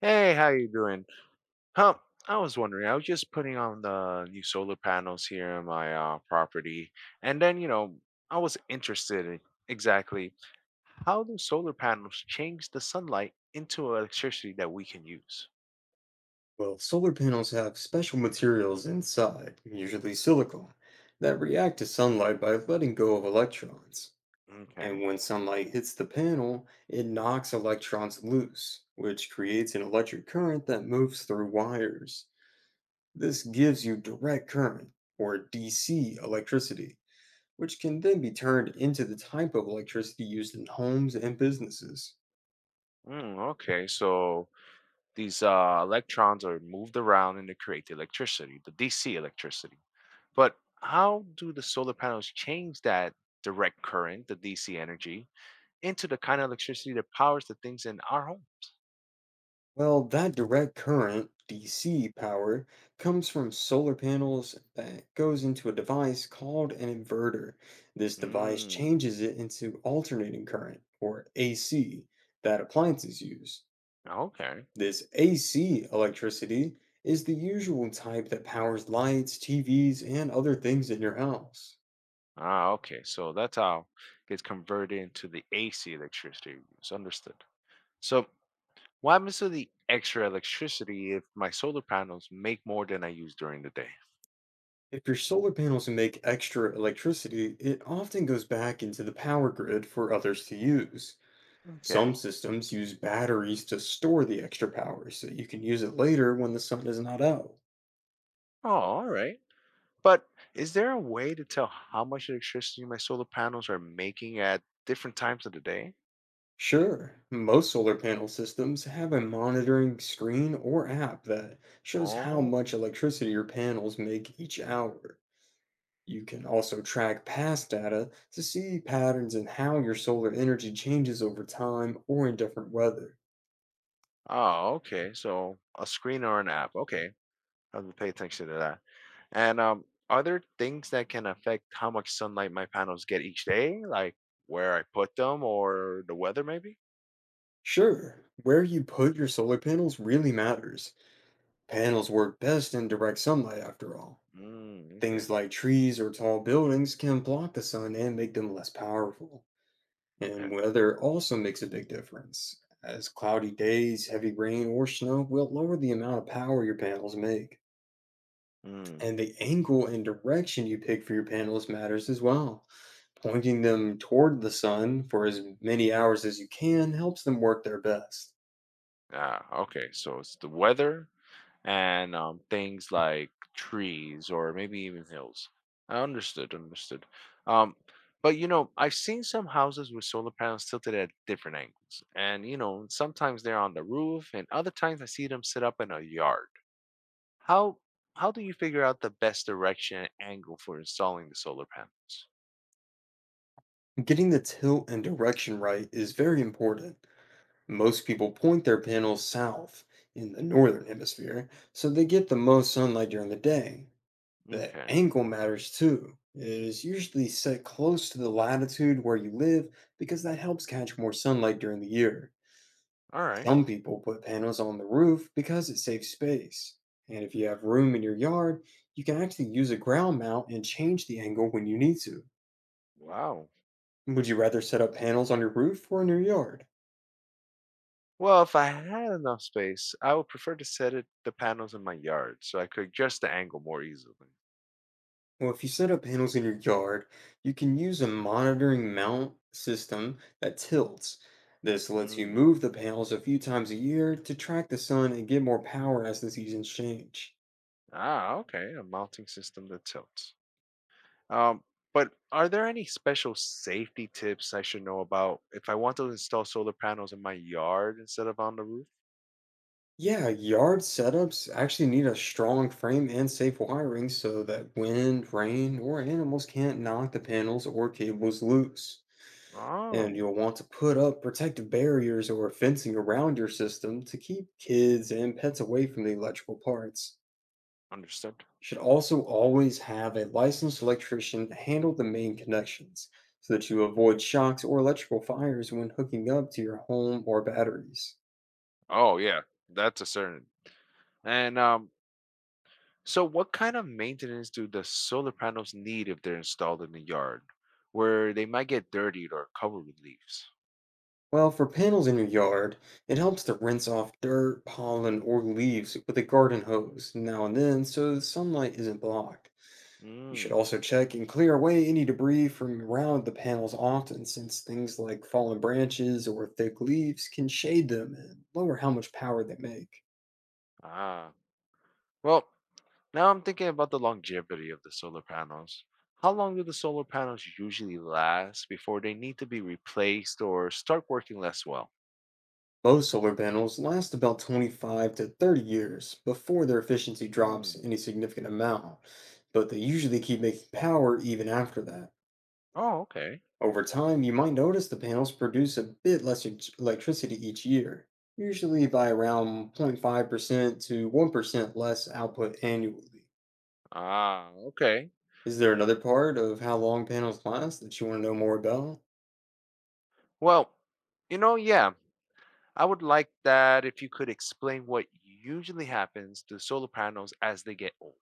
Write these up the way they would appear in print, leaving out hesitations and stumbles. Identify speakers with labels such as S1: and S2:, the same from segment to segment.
S1: Hey, how you doing? Huh, I was wondering, I was just putting on the new solar panels here on my property, and then, I was interested in exactly how do solar panels change the sunlight into electricity that we can use?
S2: Well, solar panels have special materials inside, usually silicon, that react to sunlight by letting go of electrons. And
S1: Okay.
S2: when sunlight hits the panel, it knocks electrons loose, which creates an electric current that moves through wires. This gives you direct current, or DC electricity, which can then be turned into the type of electricity used in homes and businesses.
S1: Okay, so these electrons are moved around and they create the electricity, the DC electricity. But how do the solar panels change that direct current, the DC energy, into the kind of electricity that powers the things in our home.
S2: Well, that direct current, DC power, comes from solar panels that goes into a device called an inverter. This device
S1: Mm.
S2: changes it into alternating current, or AC, that appliances use.
S1: Okay.
S2: This AC electricity is the usual type that powers lights, TVs, and other things in your house.
S1: Ah, okay. So that's how it gets converted into the AC electricity we use. Understood. So what happens to the extra electricity if my solar panels make more than I use during the day?
S2: If your solar panels make extra electricity, it often goes back into the power grid for others to use. Some
S1: Okay.
S2: systems use batteries to store the extra power so you can use it later when the sun is not out.
S1: Oh, all right. But is there a way to tell how much electricity my solar panels are making at different times of the day?
S2: Sure, most solar panel systems have a monitoring screen or app that shows how
S1: Oh.
S2: much electricity your panels make each hour. You can also track past data to see patterns in how your solar energy changes over time or in different weather.
S1: Oh, okay. So a screen or an app. Okay. I have to pay attention to that. And, are there things that can affect how much sunlight my panels get each day, like where I put them or the weather maybe?
S2: Sure, where you put your solar panels really matters. Panels work best in direct sunlight, after all.
S1: Mm, okay.
S2: Things like trees or tall buildings can block the sun and make them less powerful.
S1: Okay.
S2: And weather also makes a big difference, as cloudy days, heavy rain, or snow will lower the amount of power your panels make.
S1: Mm.
S2: And the angle and direction you pick for your panels matters as well. Pointing them toward the sun for as many hours as you can helps them work their best.
S1: Ah, okay. So it's the weather and things like trees or maybe even hills. Understood. Um, but I've seen some houses with solar panels tilted at different angles. And sometimes they're on the roof and other times I see them set up in a yard. How how do you figure out the best direction and angle for installing the solar panels?
S2: Getting the tilt and direction right is very important. Most people point their panels south in the northern hemisphere, so they get the most sunlight during the day. The
S1: Okay.
S2: angle matters too. It is usually set close to the latitude where you live because that helps catch more sunlight during the year.
S1: All right.
S2: Some people put panels on the roof because it saves space. And if you have room in your yard, you can actually use a ground mount and change the angle when you need to.
S1: Wow.
S2: Would you rather set up panels on your roof or in your yard?
S1: Well, if I had enough space, I would prefer to set it the panels in my yard so I could adjust the angle more easily.
S2: Well, if you set up panels in your yard, you can use a monitoring mount system that tilts. This lets you
S1: Mm.
S2: move the panels a few times a year to track the sun and get more power as the seasons change.
S1: Ah, okay. A mounting system that tilts. Um, but are there any special safety tips I should know about if I want to install solar panels in my yard instead of on the roof?
S2: Yeah, yard setups actually need a strong frame and safe wiring so that wind, rain, or animals can't knock the panels or cables loose. And
S1: Oh.
S2: you'll want to put up protective barriers or fencing around your system to keep kids and pets away from the electrical parts.
S1: Understood.
S2: Should also always have a licensed electrician handle the main connections so that you avoid shocks or electrical fires when hooking up to your home or batteries.
S1: Oh, yeah. That's a certain. And so, what kind of maintenance do the solar panels need if they're installed in the yard, where they might get dirtied or covered with leaves?
S2: Well, for panels in your yard, it helps to rinse off dirt, pollen, or leaves with a garden hose now and then so the sunlight isn't blocked. You should
S1: Mm.
S2: also check and clear away any debris from around the panels often, since things like fallen branches or thick leaves can shade them and lower how much power they make.
S1: Ah. Well, now I'm thinking about the longevity of the solar panels. How long do the solar panels usually last before they need to be replaced or start working less well?
S2: Most solar panels last about 25 to 30 years before their efficiency drops
S1: Mm.
S2: any significant amount, but they usually keep making power even after that.
S1: Oh, okay.
S2: Over time, you might notice the panels produce a bit less electricity each year, usually by around 0.5% to 1% less output annually.
S1: Ah, okay.
S2: Is there another part of how long panels last that you want to know more about?
S1: Well, yeah, I would like that if you could explain what usually happens to solar panels as they get older.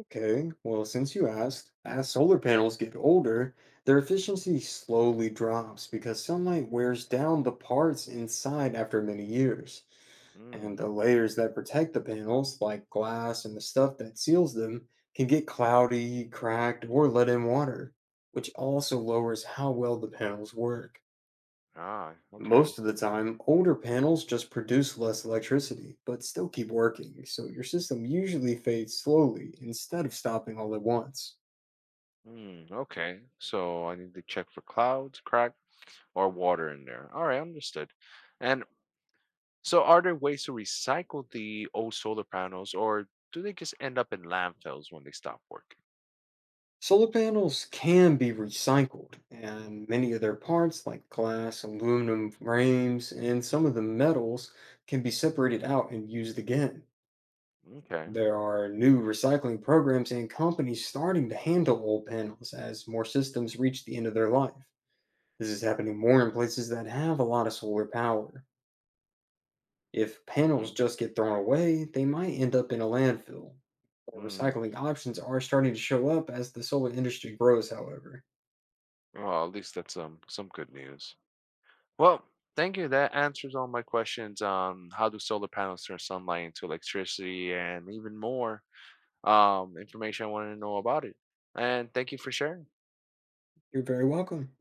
S2: Okay, well, since you asked, as solar panels get older, their efficiency slowly drops because sunlight wears down the parts inside after many years. And
S1: Mm.
S2: the layers that protect the panels, like glass and the stuff that seals them, can get cloudy, cracked, or let in water, which also lowers how well the panels work.
S1: Ah, okay.
S2: Most of the time, older panels just produce less electricity, but still keep working, so your system usually fades slowly instead of stopping all at once.
S1: Mm, okay. So I need to check for clouds, crack, or water in there. All right, understood. And so are there ways to recycle the old solar panels or do they just end up in landfills when they stop working?
S2: Solar panels can be recycled, and many of their parts, like glass, aluminum frames, and some of the metals, can be separated out and used again.
S1: Okay.
S2: There are new recycling programs and companies starting to handle old panels as more systems reach the end of their life. This is happening more in places that have a lot of solar power. If panels
S1: Hmm.
S2: just get thrown away, they might end up in a landfill. More
S1: Mm.
S2: recycling options are starting to show up as the solar industry grows, however.
S1: Well, at least that's some good news. Well, thank you. That answers all my questions on how do solar panels turn sunlight into electricity and even more information I wanted to know about it. And thank you for sharing.
S2: You're very welcome.